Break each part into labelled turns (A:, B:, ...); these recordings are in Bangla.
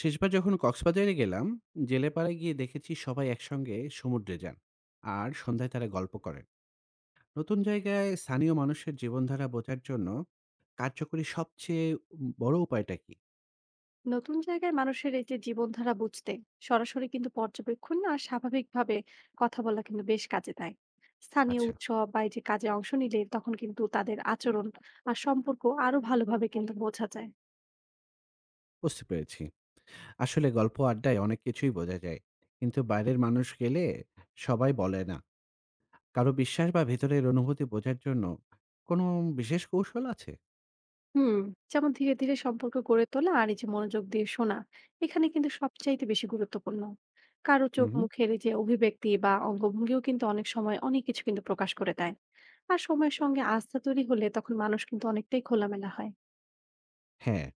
A: শেষবার যখন কক্সবাজারে গেলাম, জেলেপাড়ায় গিয়ে দেখেছি সবাই একসঙ্গে সমুদ্রে যান আর সন্ধ্যায় তারা গল্প করেন। নতুন জায়গায় স্থানীয় মানুষের জীবনধারা বোঝার জন্য কার্যকরী সবচেয়ে বড় উপায়টা কি?
B: নতুন জায়গায় মানুষের এই যে জীবনধারা বুঝতে সরাসরি কিন্তু পর্যবেক্ষণ আর স্বাভাবিকভাবে কথা বলা কিন্তু বেশ কাজে দেয়। স্থানীয়
A: আচ্ছা,
B: উৎসব বা এই যে কাজে অংশ নিলে তখন কিন্তু তাদের আচরণ আর সম্পর্ক আরো ভালোভাবে কিন্তু বোঝা যায়।
A: বুঝতে পেরেছি। আসলে গল্প আড্ডায় অনেক কিছুই বোঝা যায়, কিন্তু বাইরের মানুষ গেলে সবাই বলে না। কারো বিশ্বাস বা ভেতরের অনুভূতি বোঝার জন্য কোনো বিশেষ কৌশল আছে?
B: হুম, যেমন ধীরে ধীরে সম্পর্ক গড়ে তোলা আর এই যে মনোযোগ দিয়ে শোনা এখানে কিন্তু সবচাইতে বেশি গুরুত্বপূর্ণ। কারো চোখ
A: হুম।
B: মুখের এই যে অভিব্যক্তি বা অঙ্গভঙ্গিও কিন্তু অনেক সময় অনেক কিছু কিন্তু প্রকাশ করে দেয়। আর সময়ের সঙ্গে আস্থা তৈরি হলে তখন মানুষ কিন্তু অনেকটাই খোলামেলা হয়।
A: হ্যাঁ,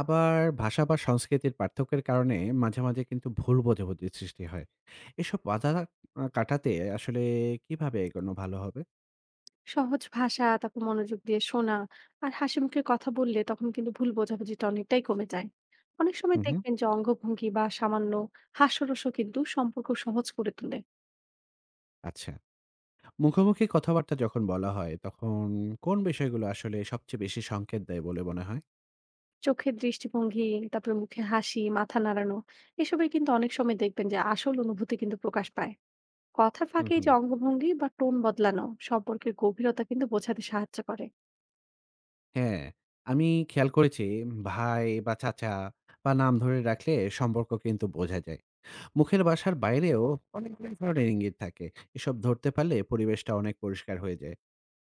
A: আবার ভাষা বা সংস্কৃতির পার্থক্যের কারণে মাঝে, মাঝে কিন্তু ভুল বোঝাবুঝির সৃষ্টি হয়। এসব বাধা কাটাতে আসলে কিভাবে এগোনো ভালো হবে?
B: সহজ ভাষা, তারপর মনোযোগ দিয়ে শোনা আর হাসিমুখে কথা বললে তখন কিন্তু ভুল বোঝাবুঝিটা অনেকটাই কমে যায়। অনেক সময়
A: হুম, হুম।
B: দেখবেন যে অঙ্গভঙ্গি বা সামান্য হাস্যরসও কিন্তু সম্পর্ক সহজ করে তোলে।
A: আচ্ছা। মুখোমুখি কথাবার্তা যখন বলা হয়, তখন কোন বিষয়গুলো আসলে সবচেয়ে বেশি সংকেত দেয় বলে মনে হয়?
B: চোখের দৃষ্টিভঙ্গি, তারপরে মুখে হাসি, মাথা নাড়ানো এসবই কিন্তু অনেক সময় দেখবেন যে আসল অনুভূতি কিন্তু প্রকাশ পায়। কথার
A: হুম,
B: ফাঁকে এই যে
A: হুম।
B: অঙ্গভঙ্গি বা টোন বদলানো সম্পর্কের গভীরতা কিন্তু বোঝাতে সাহায্য করে।
A: হ্যাঁ, আমি খেয়াল করেছি ভাই বা চাচা বা নাম ধরে রাখলে সম্পর্ক কিন্তু বোঝা যায়। মুখের ভাষার বাইরেও অনেকগুলো ধরনের ইঙ্গিত থাকে। এসব ধরতে পারলে পরিবেশটা অনেক পরিষ্কার হয়ে যায়।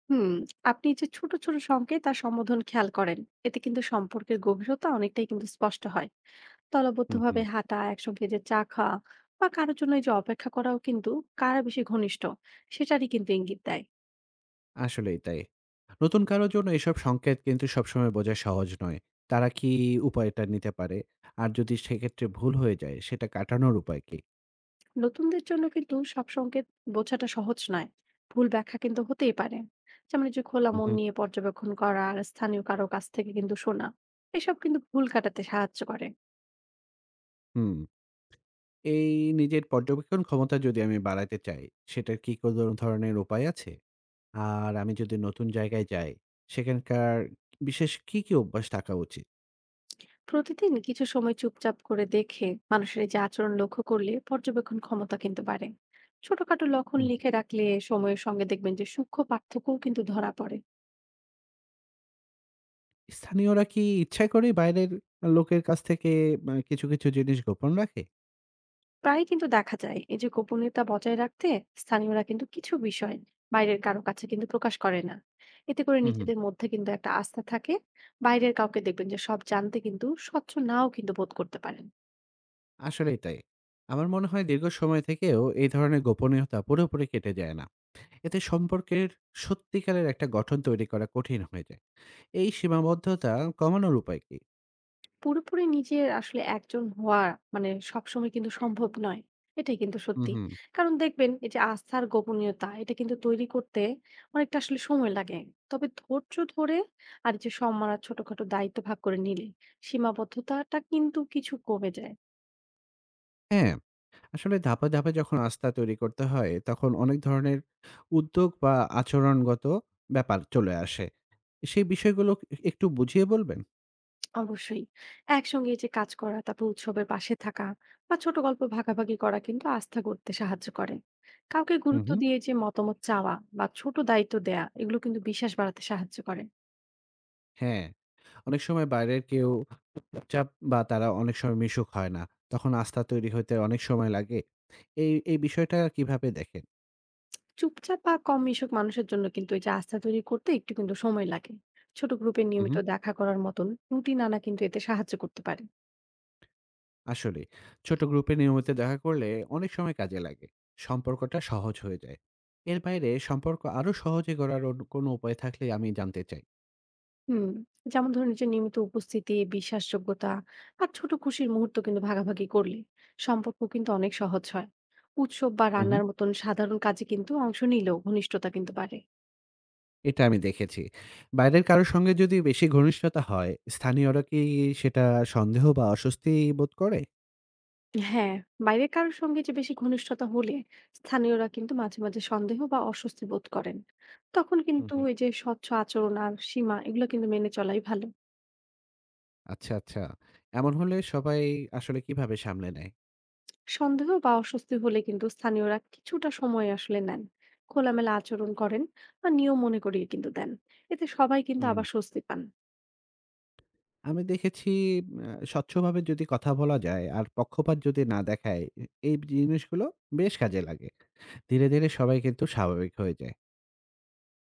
B: হুম, আপনি যে ছোট, ছোট সংকেত আর সম্বোধন খেয়াল করেন, এতে কিন্তু সম্পর্কের গভীরতা অনেকটাই কিন্তু স্পষ্ট হয়।
A: হুম, হুম।
B: দলবদ্ধভাবে হাঁটা, একসঙ্গে যে চা খাওয়া বা কারোর জন্য এই যে অপেক্ষা করাও কিন্তু কারা বেশি ঘনিষ্ঠ সেটারই কিন্তু ইঙ্গিত দেয়।
A: আসলেই তাই। নতুন কারো জন্য এসব সংকেত কিন্তু সবসময় বোঝা সহজ নয়। তারা কি উপায়টা নিতে পারে? আর যদি সেক্ষেত্রে ভুল হয়ে যায়, সেটা কাটানোর উপায় কি?
B: নতুনদের জন্য কিন্তু সব সংকেত বোঝাটা সহজ নয়। ভুল ব্যাখ্যা কিন্তু হতেই পারে। যেমন এই যে খোলা মন
A: উহু।
B: নিয়ে পর্যবেক্ষণ করা আর স্থানীয় কারো কাছ থেকে কিন্তু শোনা, এসব কিন্তু ভুল কাটাতে সাহায্য করে।
A: হুম, এই নিজের পর্যবেক্ষণ ক্ষমতা যদি আমি বাড়াতে চাই, সেটার কি কোনো ধরনের উপায় আছে? আর আমি যদি নতুন জায়গায় যাই, সেখানকার বিশেষ কি, কি অভ্যাস থাকা উচিত?
B: প্রতিদিন কিছু সময় চুপচাপ করে দেখে মানুষের এই যে আচরণ লক্ষ্য করলে পর্যবেক্ষণ ক্ষমতা কিন্তু বাড়ে। ছোটখাটো লক্ষণ
A: হুম,
B: লিখে রাখলে সময়ের সঙ্গে দেখবেন যে সূক্ষ্ম পার্থক্যও কিন্তু ধরা পড়ে।
A: স্থানীয়রা কি ইচ্ছা করেই বাইরের লোকের কাছ থেকে কিছু, কিছু জিনিস গোপন রাখে?
B: প্রায় কিন্তু দেখা যায় এই যে গোপনীয়তা বজায় রাখতে স্থানীয়রা কিন্তু কিছু বিষয় বাইরের কারো কাছে কিন্তু প্রকাশ করে না। এতে করে
A: হুম, হুম।
B: নিজেদের মধ্যে কিন্তু একটা আস্থা থাকে। বাইরের কাউকে দেখবেন যে সব জানতে কিন্তু স্বচ্ছ নাও কিন্তু বোধ করতে পারেন।
A: আসলেই তাই। আমার মনে হয় দীর্ঘ সময় থেকেও এই ধরনের গোপনীয়তা পুরোপুরি কেটে যায় না। এতে সম্পর্কের সত্যিকারের একটা গঠন তৈরি করা কঠিন হয়ে যায়। এই সীমাবদ্ধতা কমানোর উপায় কি?
B: পুরোপুরি নিজের আসলে একজন হওয়া মানে সবসময় কিন্তু সম্ভব নয়। এটাই কিন্তু
A: হুম,
B: সত্যি।
A: হুম।
B: কারণ দেখবেন এই যে আস্থা আর গোপনীয়তা এটা কিন্তু তৈরি করতে অনেকটা আসলে সময় লাগে। তবে ধৈর্য ধরে আর এই যে সম্মান আর ছোটখাটো দায়িত্ব ভাগ করে নিলে সীমাবদ্ধতাটা কিন্তু কিছু কমে যায়।
A: হ্যাঁ, আসলে ধাপে, ধাপে যখন আস্থা তৈরি করতে হয় তখন অনেক ধরনের উদ্যোগ বা আচরণগত ব্যাপার চলে আসে। সেই বিষয়গুলো একটু বুঝিয়ে বলবেন?
B: অবশ্যই, একসঙ্গে এই যে কাজ করা, তারপর উৎসবের পাশে থাকা বা ছোট গল্প ভাগাভাগি করা কিন্তু আস্থা গড়তে সাহায্য করে। কাউকে
A: হুম,
B: গুরুত্ব
A: হুম।
B: দিয়ে যে মতামত চাওয়া বা ছোট দায়িত্ব দেয়া এগুলো কিন্তু বিশ্বাস বাড়াতে সাহায্য করে।
A: হ্যাঁ। অনেক সময় বাইরের কেউ চাপ বা তারা অনেক সময় মিশুক হয় না। তখন আস্থা তৈরি হইতে অনেক সময় লাগে। এই বিষয়টা কিভাবে দেখেন?
B: চুপচাপ বা কম মিশুক মানুষের জন্য কিন্তু এই যে আস্থা তৈরি করতে একটু কিন্তু সময় লাগে। ছোট গ্রুপে
A: হু, হু।
B: নিয়মিত দেখা করার মতন রুটিন আনা কিন্তু এতে সাহায্য করতে পারে।
A: আসলে ছোট গ্রুপে নিয়মিত দেখা করলে অনেক সময় কাজে লাগে। সম্পর্কটা সহজ হয়ে যায়। এর বাইরে সম্পর্ক আরো সহজে গড়ার অন্য কোনো উপায় থাকলে আমি জানতে চাই।
B: হুম, যেমন ধরুন এই যে নিয়মিত উপস্থিতি, বিশ্বাসযোগ্যতা আর ছোট খুশির মুহূর্ত কিন্তু ভাগাভাগি করলে সম্পর্ক কিন্তু অনেক সহজ হয়। উৎসব বা
A: হু, হু।
B: রান্নার মতন সাধারণ কাজে কিন্তু অংশ নিলেও ঘনিষ্ঠতা কিন্তু বাড়ে।
A: এটা আমি দেখেছি। বাইরের কারো সঙ্গে যদি বেশি ঘনিষ্ঠতা হয়, স্থানীয়রা কি সেটা সন্দেহ বা অস্বস্তি বোধ করে?
B: হ্যাঁ, বাইরের কারোর সঙ্গে যে বেশি ঘনিষ্ঠতা হলে স্থানীয়রা কিন্তু মাঝে মাঝে সন্দেহ বা অস্বস্তি বোধ করেন। তখন কিন্তু
A: হুম।
B: এই যে স্বচ্ছ আচরণ আর সীমা এগুলো কিন্তু মেনে চলাই ভালো।
A: আচ্ছা, আচ্ছা। এমন হলে সবাই আসলে কিভাবে সামলে নেয়?
B: সন্দেহ বা অস্বস্তি হলে কিন্তু স্থানীয়রা কিছুটা সময় আসলে নেন, খোলামেলা আচরণ করেন আর নিয়ম মনে করিয়ে কিন্তু দেন। এতে সবাই কিন্তু
A: হুম, হুম।
B: আবার স্বস্তি পান।
A: আমি দেখেছি স্বচ্ছভাবে যদি কথা বলা যায় আর পক্ষপাত যদি না দেখায়, এই জিনিসগুলো বেশ কাজে লাগে। ধীরে, ধীরে সবাই কিন্তু স্বাভাবিক হয়ে যায়।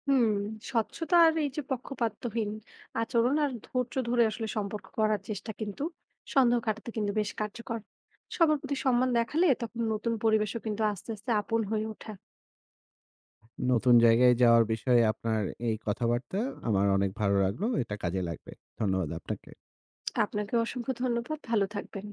B: হুম, স্বচ্ছতা আর এই যে পক্ষপাতহীন আচরণ আর ধৈর্য ধরে আসলে সম্পর্ক করার চেষ্টা কিন্তু সন্দেহ কাটাতে কিন্তু বেশ কার্যকর। সবার প্রতি সম্মান দেখালে তখন নতুন পরিবেশও কিন্তু আস্তে আস্তে আপন হয়ে ওঠে।
A: নতুন জায়গায় যাওয়ার বিষয়ে আপনার এই কথাবার্তা আমার অনেক ভালো লাগলো। এটা কাজে লাগবে। ধন্যবাদ আপনাকে।
B: আপনাকে অসংখ্য ধন্যবাদ, ভালো থাকবেন।